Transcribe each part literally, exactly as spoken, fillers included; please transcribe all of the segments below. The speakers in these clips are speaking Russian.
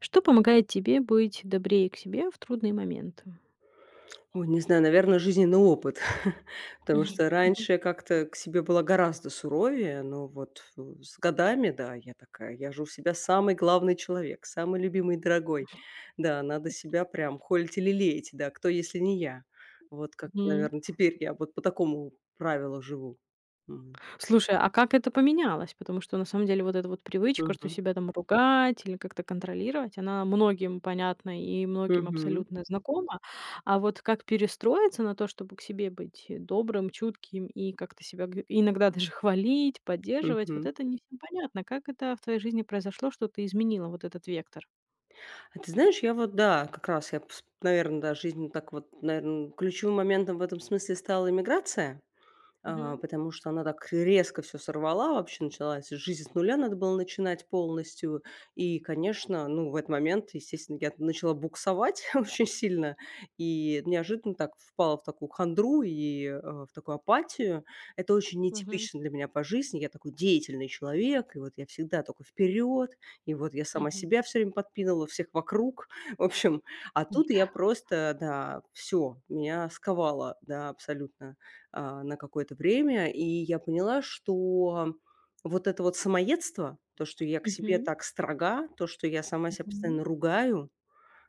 Что помогает тебе быть добрее к себе в трудные моменты? Ой, не знаю, наверное, жизненный опыт. Потому что Мгм. раньше я как-то к себе была гораздо суровее, но вот в с годами, да, я такая: "Я же у себя самый главный человек, самый любимый и дорогой". Да, надо себя прям холить и лелеять, да, кто, если не я. Вот как, Мгм. наверно, теперь я вот по такому правилу живу. М. Слушай, а как это поменялось? Потому что на самом деле вот эта вот привычка, что Мгм. себя там ругать или как-то контролировать, она многим понятна и многим Мгм. абсолютно знакома. А вот как перестроиться на то, чтобы к себе быть добрым, чутким и как-то себя г- иногда даже хвалить, поддерживать, Мгм. вот это не всем понятно. Как это в твоей жизни произошло, что ты изменила вот этот вектор? А ты знаешь, я вот, да, как раз я наверное, да, жизнь вот так вот, наверное, ключевым моментом в этом смысле стала иммиграция. А, Мгм. Потому что она так резко все сорвала, вообще началась жизнь с нуля, надо было начинать полностью. И, конечно, ну, в этот момент, естественно, я начала буксовать очень сильно и неожиданно так впала в такую хандру и, э, в такую апатию. Это очень Мгм. нетипично для меня по жизни. Я такой деятельный человек, и вот я всегда только вперед, и вот я сама Мгм. себя все время подпинывала, всех вокруг. В общем, а тут я просто, да, все меня сковало, да, абсолютно а, на какое-то время. И я поняла, что вот это вот самоедство, то, что я к себе Мгм. так строга, то, что я сама себя Мгм. постоянно ругаю,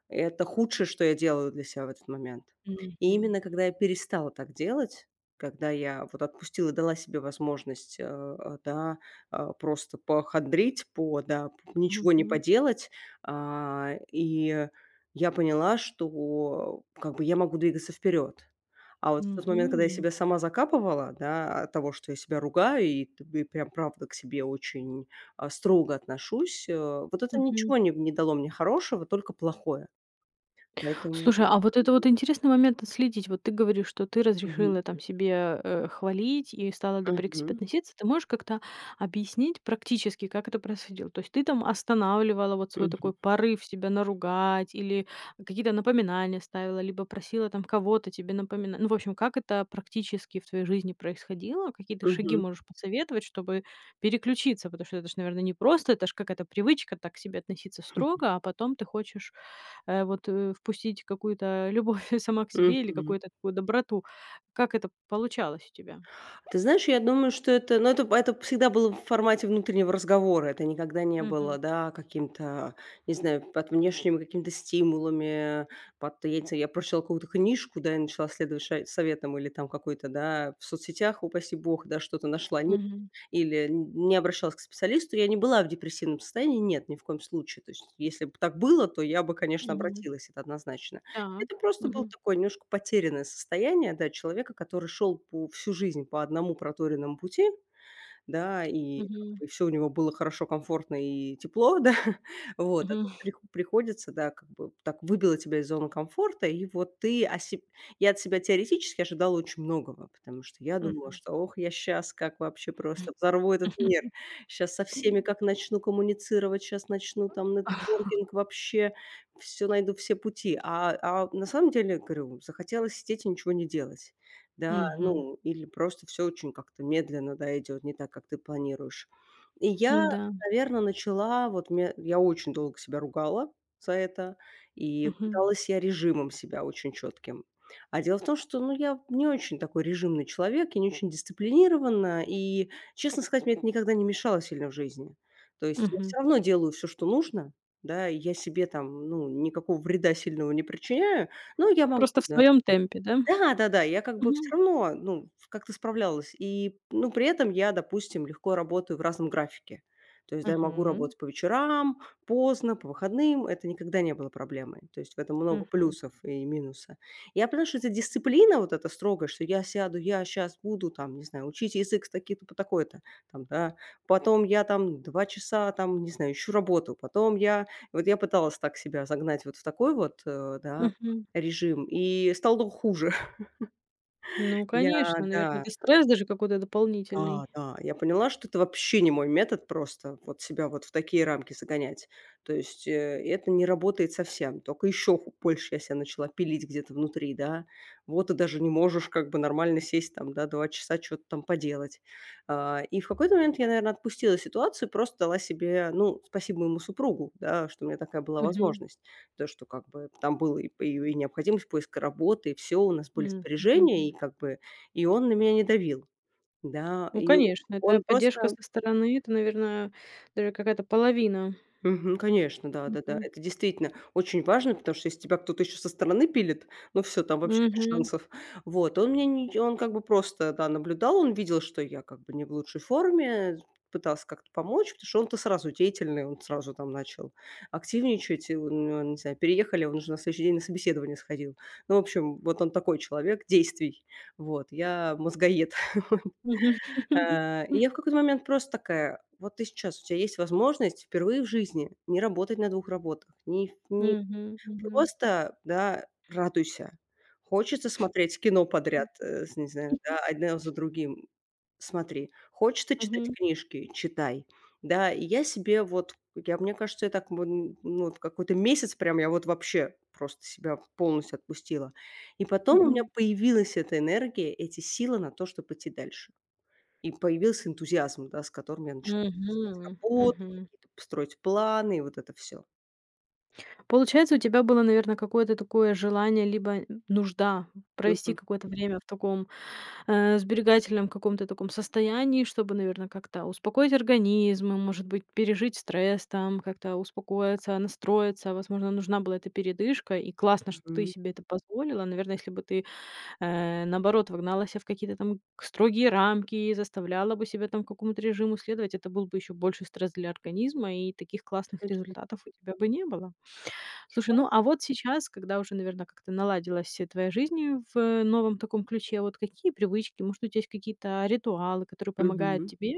это худшее, что я делаю для себя в этот момент. И Мгм. именно когда я перестала так делать, когда я вот отпустила, дала себе возможность, э, э, да, э, просто похандрить, по, да, п- ничего не Мгм. поделать, а, и я поняла, что как бы я могу двигаться вперед. А вот в тот момент, когда я Мгм. себя сама закапывала, да, от того, что я себя ругаю и, т- и прям правда к себе очень а, строго отношусь, э, вот это Мгм. ничего не, не дало мне хорошего, только плохое. Поэтому. Слушай, а вот это вот интересный момент отследить. Вот ты говоришь, что ты Мгм, разрешила там себе, э, хвалить и стала добрее к себе мгм, относиться. Ты можешь как-то объяснить практически, как это происходило? То есть ты там останавливала вот свой мгм, такой порыв себя наругать или какие-то напоминания ставила, либо просила там кого-то тебе напоминать. Ну, в общем, как это практически в твоей жизни происходило? Какие ты шаги мгм, можешь посоветовать, чтобы переключиться? Потому что это ж, наверное, не просто, это ж какая-то привычка так к себе относиться строго, а потом ты хочешь э, вот, э, впустить какую-то любовь сама к себе или мгм. какую-то такую доброту. Как это получалось у тебя? Ты знаешь, я думаю, что это, ну, это это всегда было в формате внутреннего разговора. Это никогда не было, Мгм. да, каким-то, не знаю, под внешними какими-то стимулами, под, я не знаю, я прочитала какую-то книжку, да, и начала следовать ша советам или там какой-то, да, в соцсетях, упаси бог, да, что-то нашла. Мгм. Или не обращалась к специалисту. Я не была в депрессивном состоянии, нет, ни в коем случае. То есть если бы так было, то я бы, конечно, Мгм. обратилась, это однозначно. Так. Это просто было Мгм. такое немножко потерянное состояние, да, человека, который шел по всю жизнь по одному проторенному пути, да, и все Мгм. у него было хорошо, комфортно и тепло, да. Вот, а тут Мгм. прих приходится, да, как бы так выбило тебя из зоны комфорта, и вот ты о себ я от себя теоретически ожидала очень многого, потому что я думала, Мгм. что: "Ох, я сейчас как вообще просто взорву этот мир, сейчас со всеми Мгм. как начну коммуницировать, сейчас начну там нетворкинг, вообще все найду, все пути". А а на самом деле, говорю, захотелось сидеть и ничего не делать, да, ну, или просто все очень как-то медленно, да, идет не так, как ты планируешь. И я, Да. наверное, начала, вот мне я очень долго себя ругала за это, и Мгм. пыталась я режимом себя очень четким. А дело в том, что, ну, я не очень такой режимный человек, я не очень дисциплинирована, и, честно сказать, мне это никогда не мешало сильно в жизни. То есть я Мгм. всё равно делаю все, что нужно, да, и я себе там, ну, никакого вреда сильного не причиняю, но я могу, Просто в да. своем темпе, да? Да-да-да, я как бы Мгм. все равно, ну, как-то справлялась. И, ну, при этом я, допустим, легко работаю в разном графике. То есть, да, я могу Мгм. работать по вечерам, поздно, по выходным. Это никогда не было проблемой. То есть в этом много Мгм. плюсов и минуса. Я понимаю, что эта дисциплина вот эта строгая, что я сяду, я сейчас буду там, не знаю, учить язык с таких-то по такой-то, там, да, потом я там два часа там, не знаю, ищу работу, потом я вот я пыталась так себя загнать вот в такой вот, э, да, Мгм. режим и стало только хуже. Ну, Я, конечно, да, наверное, это стресс даже какой-то дополнительный. да, да, я поняла, что это вообще не мой метод просто вот себя вот в такие рамки загонять. То есть, э, это не работает совсем. Только еще больше я себя начала пилить где-то внутри, да. Вот ты даже не можешь как бы нормально сесть там, да, два часа что то там поделать. А, и в какой-то момент я, наверное, отпустила ситуацию, просто дала себе, ну, спасибо моему супругу, да, что у меня такая была Мгм. возможность. То, что как бы там было и п и необходимость поиска работы, и все у нас были Мгм. сбережения, Мгм. и как бы и он на меня не давил. Да, Ну, и о конечно, это он поддержка просто. со стороны. Это, наверное, даже какая-то половина. Мгм, конечно, да-да-да. Мгм. Это действительно очень важно, потому что если тебя кто-то еще со стороны пилит, ну все, там вообще без Мгм. шансов. Вот, он мне, не он как бы просто, да, наблюдал, он видел, что я как бы не в лучшей форме, пытался как-то помочь, потому что он-то сразу деятельный, он сразу там начал активничать, и у него, не знаю, переехали, он уже на следующий день на собеседование сходил. Ну, в общем, вот он такой человек действий. Вот, я мозгоед. Мгм. Э, и я в какой-то момент просто такая: вот ты сейчас, у тебя есть возможность впервые в жизни не работать на двух работах, не не Мгм. Мгм. просто, да, радуйся. Хочется смотреть кино подряд, э, с не знаю, да, одно за другим- смотри. Хочется читать Мгм. книжки- читай. Да, и я себе вот, я, мне кажется, я так вот, ну, вот какой-то месяц прям я вот вообще просто себя полностью отпустила. И потом у меня Мгм. появилась эта энергия, эти силы на то, чтобы идти дальше. И появился энтузиазм, да, с которым я начала искать Мгм. работу, Мгм. какие-то строить планы, и вот это все. Получается, у тебя было, наверное, какое-то такое желание либо нужда провести Мгм, какое-то время в таком э, сберегательном каком-то таком состоянии, чтобы, наверное, как-то успокоить организм, и, может быть, пережить стресс, там, как-то успокоиться, настроиться. Возможно, нужна была эта передышка, и классно, что ты мгм. себе это позволила. Наверное, если бы ты, э, наоборот, вогнала себя в какие-то там к- строгие рамки и заставляла бы себя там какому-то режиму следовать, это был бы еще больше стресс для организма, и таких классных Точно. результатов у тебя бы не было. Да. Слушай, ну а вот сейчас, когда уже, наверное, как-то наладилась э, твоя жизнь в новом таком ключе, вот какие привычки, может, у тебя есть какие-то ритуалы, которые помогают Мгм. тебе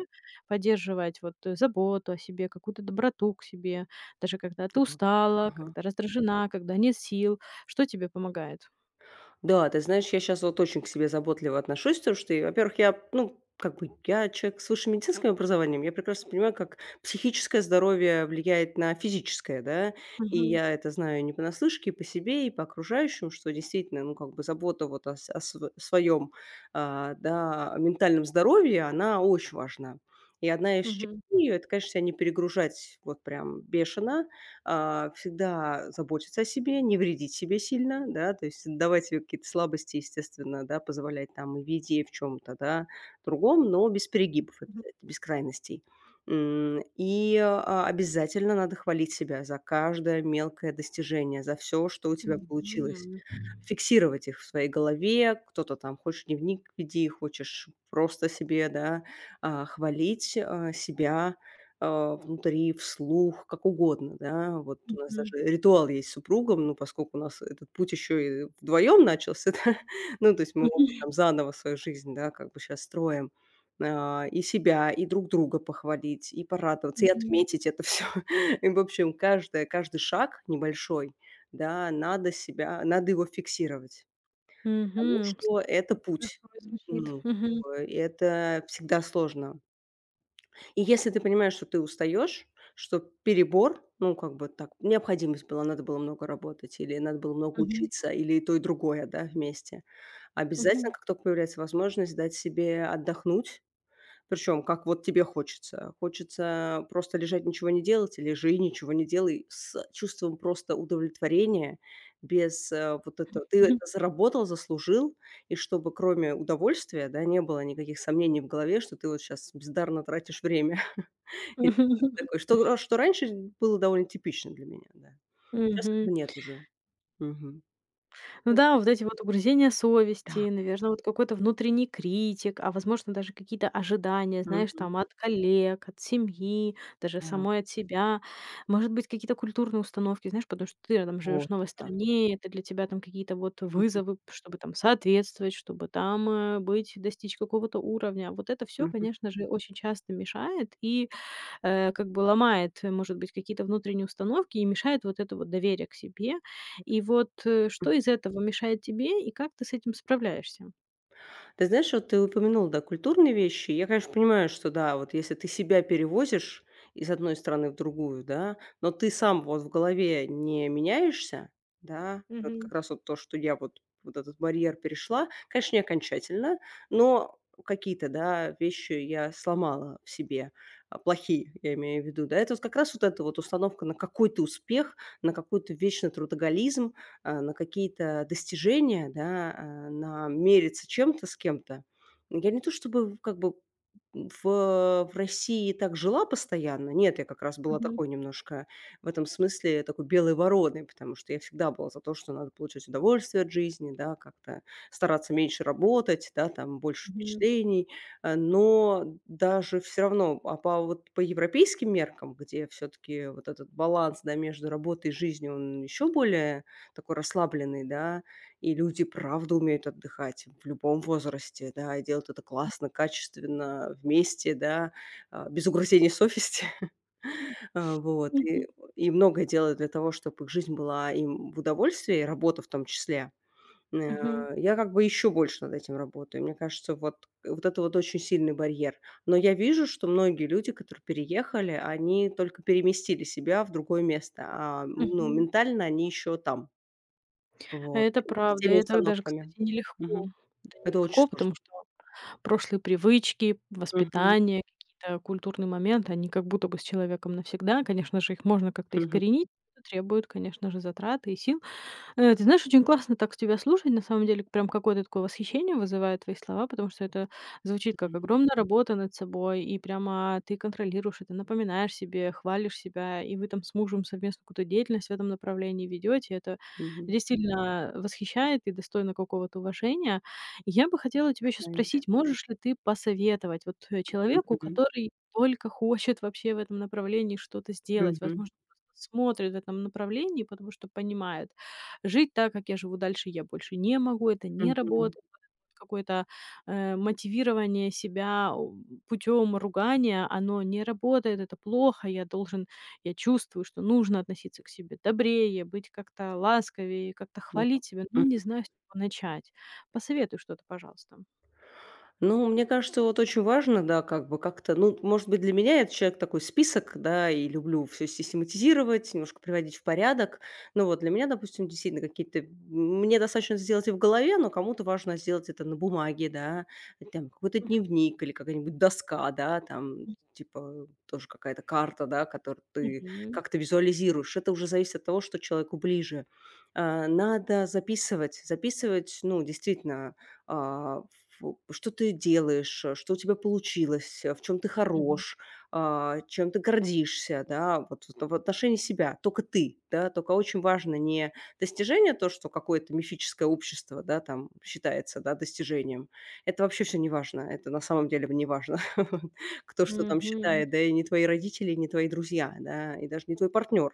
поддерживать вот э, заботу о себе, какую-то доброту к себе, даже когда ты Да. устала, Ага. когда раздражена, когда нет сил, что тебе помогает? Да, ты знаешь, я сейчас вот очень к себе заботливо отношусь, потому что, и, во-первых, я, ну, как бы я человек с высшим медицинским образованием, я прекрасно понимаю, как психическое здоровье влияет на физическое, да, и Мгм. я это знаю не понаслышке, и по себе, и по окружающим, что действительно, ну, как бы забота вот о, своем, а, да, ментальном здоровье, она очень важна. И одна из частей Мгм. её это, конечно, себя не перегружать вот прям бешено, а, всегда заботиться о себе, не вредить себе сильно, да, то есть давать себе какие-то слабости, естественно, да, позволять там и в еде, и в чем-то, да, другом, но без перегибов, Мгм. обязательно, без крайностей. М, И а, обязательно надо хвалить себя за каждое мелкое достижение, за все, что у тебя получилось. Мгм. Фиксировать их в своей голове. Кто-то там хочешь дневник веди, хочешь просто себе, да, а, хвалить а, себя а, внутри, вслух, как угодно, да. Вот у нас Мгм. даже ритуал есть с супругом, ну, поскольку у нас этот путь еще и вдвоем начался, да. Ну, то есть мы оба Мгм. там заново свою жизнь, да, как бы сейчас строим. А, и себя, и друг друга похвалить, и порадоваться, и Мгм. отметить это все. И, в общем, каждое каждый шаг небольшой, да, надо себя надо его фиксировать, потому Слушай, что это путь. хорошо звучит. Ну, как Мгм. бы и это всегда сложно. И если ты понимаешь, что ты устаешь, что перебор, ну, как бы так, необходимость была, надо было много работать, или надо было много Мгм. учиться, или и то, и другое, да, вместе. Обязательно, Мгм. как только появляется возможность, дать себе отдохнуть, причем как вот тебе хочется. Хочется просто лежать, ничего не делать, или лежи, ничего не делай, с чувством просто удовлетворения, без э, вот этого. Ты Мгм. это заработал, заслужил, и чтобы кроме удовольствия, да, не было никаких сомнений в голове, что ты вот сейчас бездарно тратишь время. Или что-то такое, что ра что раньше было довольно типично для меня, да. Сейчас этого Мгм. нет уже. Мгм. Ну М, да, вот эти вот угрызения да. совести, наверное, вот какой-то внутренний критик, а возможно, даже какие-то ожидания, знаешь, Мгм. там от коллег, от семьи, даже Да. самой от себя. Может быть, какие-то культурные установки, знаешь, потому что ты там живешь Вот, в новой да. стране, это для тебя там какие-то вот Мгм. вызовы, чтобы там соответствовать, чтобы там э, быть, достичь какого-то уровня. Вот это все, Мгм. конечно же, очень часто мешает и э, как бы ломает, э, может быть, какие-то внутренние установки и мешает вот это вот доверие к себе. И вот, э, что из этого мешает тебе и как ты с этим справляешься? Ты знаешь, вот ты упомянул, да, культурные вещи. Я, конечно, понимаю, что да, вот если ты себя перевозишь из одной страны в другую, да, но ты сам вот в голове не меняешься, да, вот Мгм. как раз вот то, что я вот вот этот барьер перешла, конечно, не окончательно, но какие-то, да, вещи я сломала в себе, а, плохие, я имею в виду, да, это вот как раз вот эта вот установка на какой-то успех, на какой-то вечный трудоголизм, а, на какие-то достижения, да, а, на мериться чем-то с кем-то. Я не то чтобы как бы в, в России так жила постоянно. Нет, я как раз была Мгм. такой немножко в этом смысле такой белой вороной, потому что я всегда была за то, что надо получать удовольствие от жизни, да, как-то стараться меньше работать, да, там больше Мгм. впечатлений. Э, Но даже все равно, а по, вот, по европейским меркам, где все-таки вот этот баланс да, между работой и жизнью, он еще более такой расслабленный, да, и люди правда умеют отдыхать в любом возрасте, да, и делают это классно, качественно, вместе, да, а, без угрызений совести, А, вот, и, Мгм. и многое делают для того, чтобы их жизнь была им в удовольствии, и работа в том числе. Э, Мгм. Я как бы еще больше над этим работаю. Мне кажется, вот, вот это вот очень сильный барьер. Но я вижу, что многие люди, которые переехали, они только переместили себя в другое место, а ну, Мгм. ментально они еще там. Вот, Это и с правда. и теми Это даже, установками. кстати, нелегко. Мгм. Это Это очень нелегко, сложно. потому что прошлые привычки, Мгм. воспитание, какие-то культурные моменты, они как будто бы с человеком навсегда. Конечно же, их можно как-то Мгм. искоренить. Это требует, конечно же, затраты и сил. Э, ты знаешь, очень классно так тебя слушать. На самом деле, прям какое-то такое восхищение вызывает твои слова, потому что это звучит как Мгм. огромная работа над собой, и прямо ты контролируешь это, напоминаешь себе, хвалишь себя, и вы там с мужем совместно какую-то деятельность в этом направлении ведете. Это Мгм. действительно восхищает и достойно какого-то уважения. И я бы хотела тебя еще Стараемся. спросить, можешь ли ты посоветовать вот э, человеку, Мгм. который только хочет вообще в этом направлении что-то сделать, Мгм. возможно, просто смотрит в этом направлении, потому что понимает, жить так, как я живу дальше, я больше не могу, это не Мгм. работает. Вот вот Какое-то э, мотивирование себя путем ругания, оно не работает, это плохо, я должен, я чувствую, что нужно относиться к себе добрее, быть как-то ласковее, как-то хвалить себя, но Да. не знаю, с чего начать. Посоветуй что-то, пожалуйста. Ну, мне кажется, вот очень важно, да, как бы как-то, ну, может быть, для меня это человек такой список, да, и люблю все систематизировать, немножко приводить в порядок. Но вот для меня, допустим, действительно какие-то, мне достаточно сделать и в голове, но кому-то важно сделать это на бумаге, да, там какой-то дневник или какая-нибудь доска, да, там Мгм. типа тоже какая-то карта, да, которую ты Мгм. как-то визуализируешь. Это уже зависит от того, что человеку ближе. А, Надо записывать, записывать, ну, действительно, а, ф что ты делаешь, э, что у тебя получилось, э, в чем ты Мгм. хорош, а, чем ты гордишься, да, вот в в отношении себя. Только ты, да, только очень важно не достижение, то, что какое-то мифическое общество, да, там считается, да, достижением. Это вообще все не важно, это на самом деле не важно, кто что там Мгм. считает, да, и не твои родители, и не твои друзья, да, и даже не твой партнер,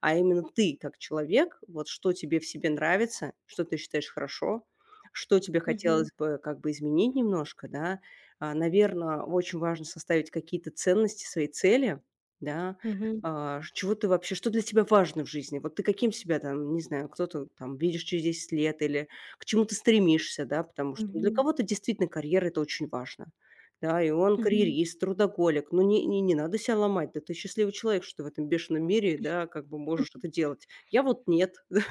а именно ты как человек, вот что тебе в себе нравится, что ты считаешь хорошо, что тебе Мгм. хотелось бы как бы изменить немножко, да. Наверное, очень важно составить какие-то ценности, свои цели, да. Мгм. А, ш Чего ты вообще что для тебя важно в жизни? Вот ты каким себя там, не знаю, кто-то там видишь через десять лет или к чему ты стремишься, да, потому что для Мгм. кого-то действительно карьера- это очень важно. Да, и он Мгм. карьерист, трудоголик. Ну, не не не надо себя ломать. Да ты счастливый человек, что ты в этом бешеном мире, да, как бы можешь это делать. Я вот нет, да,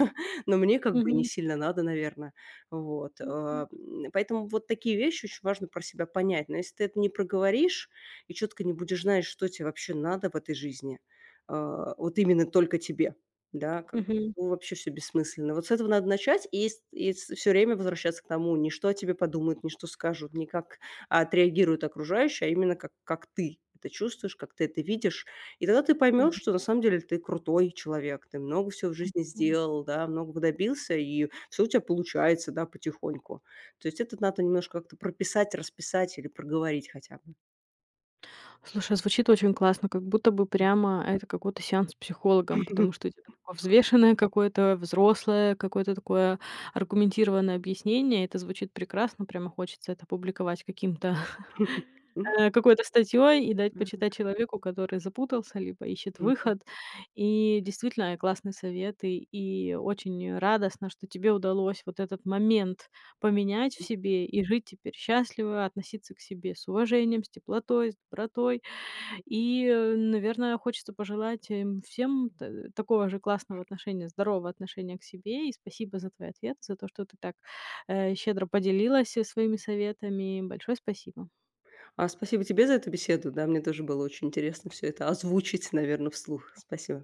но мне как бы не Мгм. сильно надо, наверное. Вот, а, м, поэтому вот такие вещи очень важно про себя понять. Но если ты это не проговоришь и четко не будешь знать, что тебе вообще надо в этой жизни, а, вот именно только тебе, да, как бы, Мгм. ну, вообще все бессмысленно. Вот с этого надо начать и, все время возвращаться к тому, не что о тебе подумают, не что скажут, не как отреагируют окружающие, а именно как, как ты это чувствуешь, как ты это видишь, и тогда ты поймешь, Мгм. что на самом деле ты крутой человек, ты много всего в жизни Мгм. сделал, да, многого добился, и все у тебя получается, да, потихоньку. То есть это надо немножко как-то прописать, расписать или проговорить хотя бы. Слушай, а звучит очень классно, как будто бы прямо это какой-то сеанс с психологом, потому что у тебя такое взвешенное какое-то, взрослое, какое-то такое аргументированное объяснение. Это звучит прекрасно, прямо хочется это публиковать каким-то э, какой-то статьей и дать Мгм. почитать человеку, который запутался, либо ищет выход. И действительно, классные советы, и очень радостно, что тебе удалось вот этот момент поменять в себе и жить теперь счастливо, относиться к себе с уважением, с теплотой, с добротой. И, э, наверное, хочется пожелать им всем т такого же классного отношения, здорового отношения к себе. И спасибо за твой ответ, за то, что ты так, э, щедро поделилась, э, своими советами. Большое спасибо. А спасибо тебе за эту беседу. Да, мне тоже было очень интересно все это озвучить, наверное, вслух. Спасибо.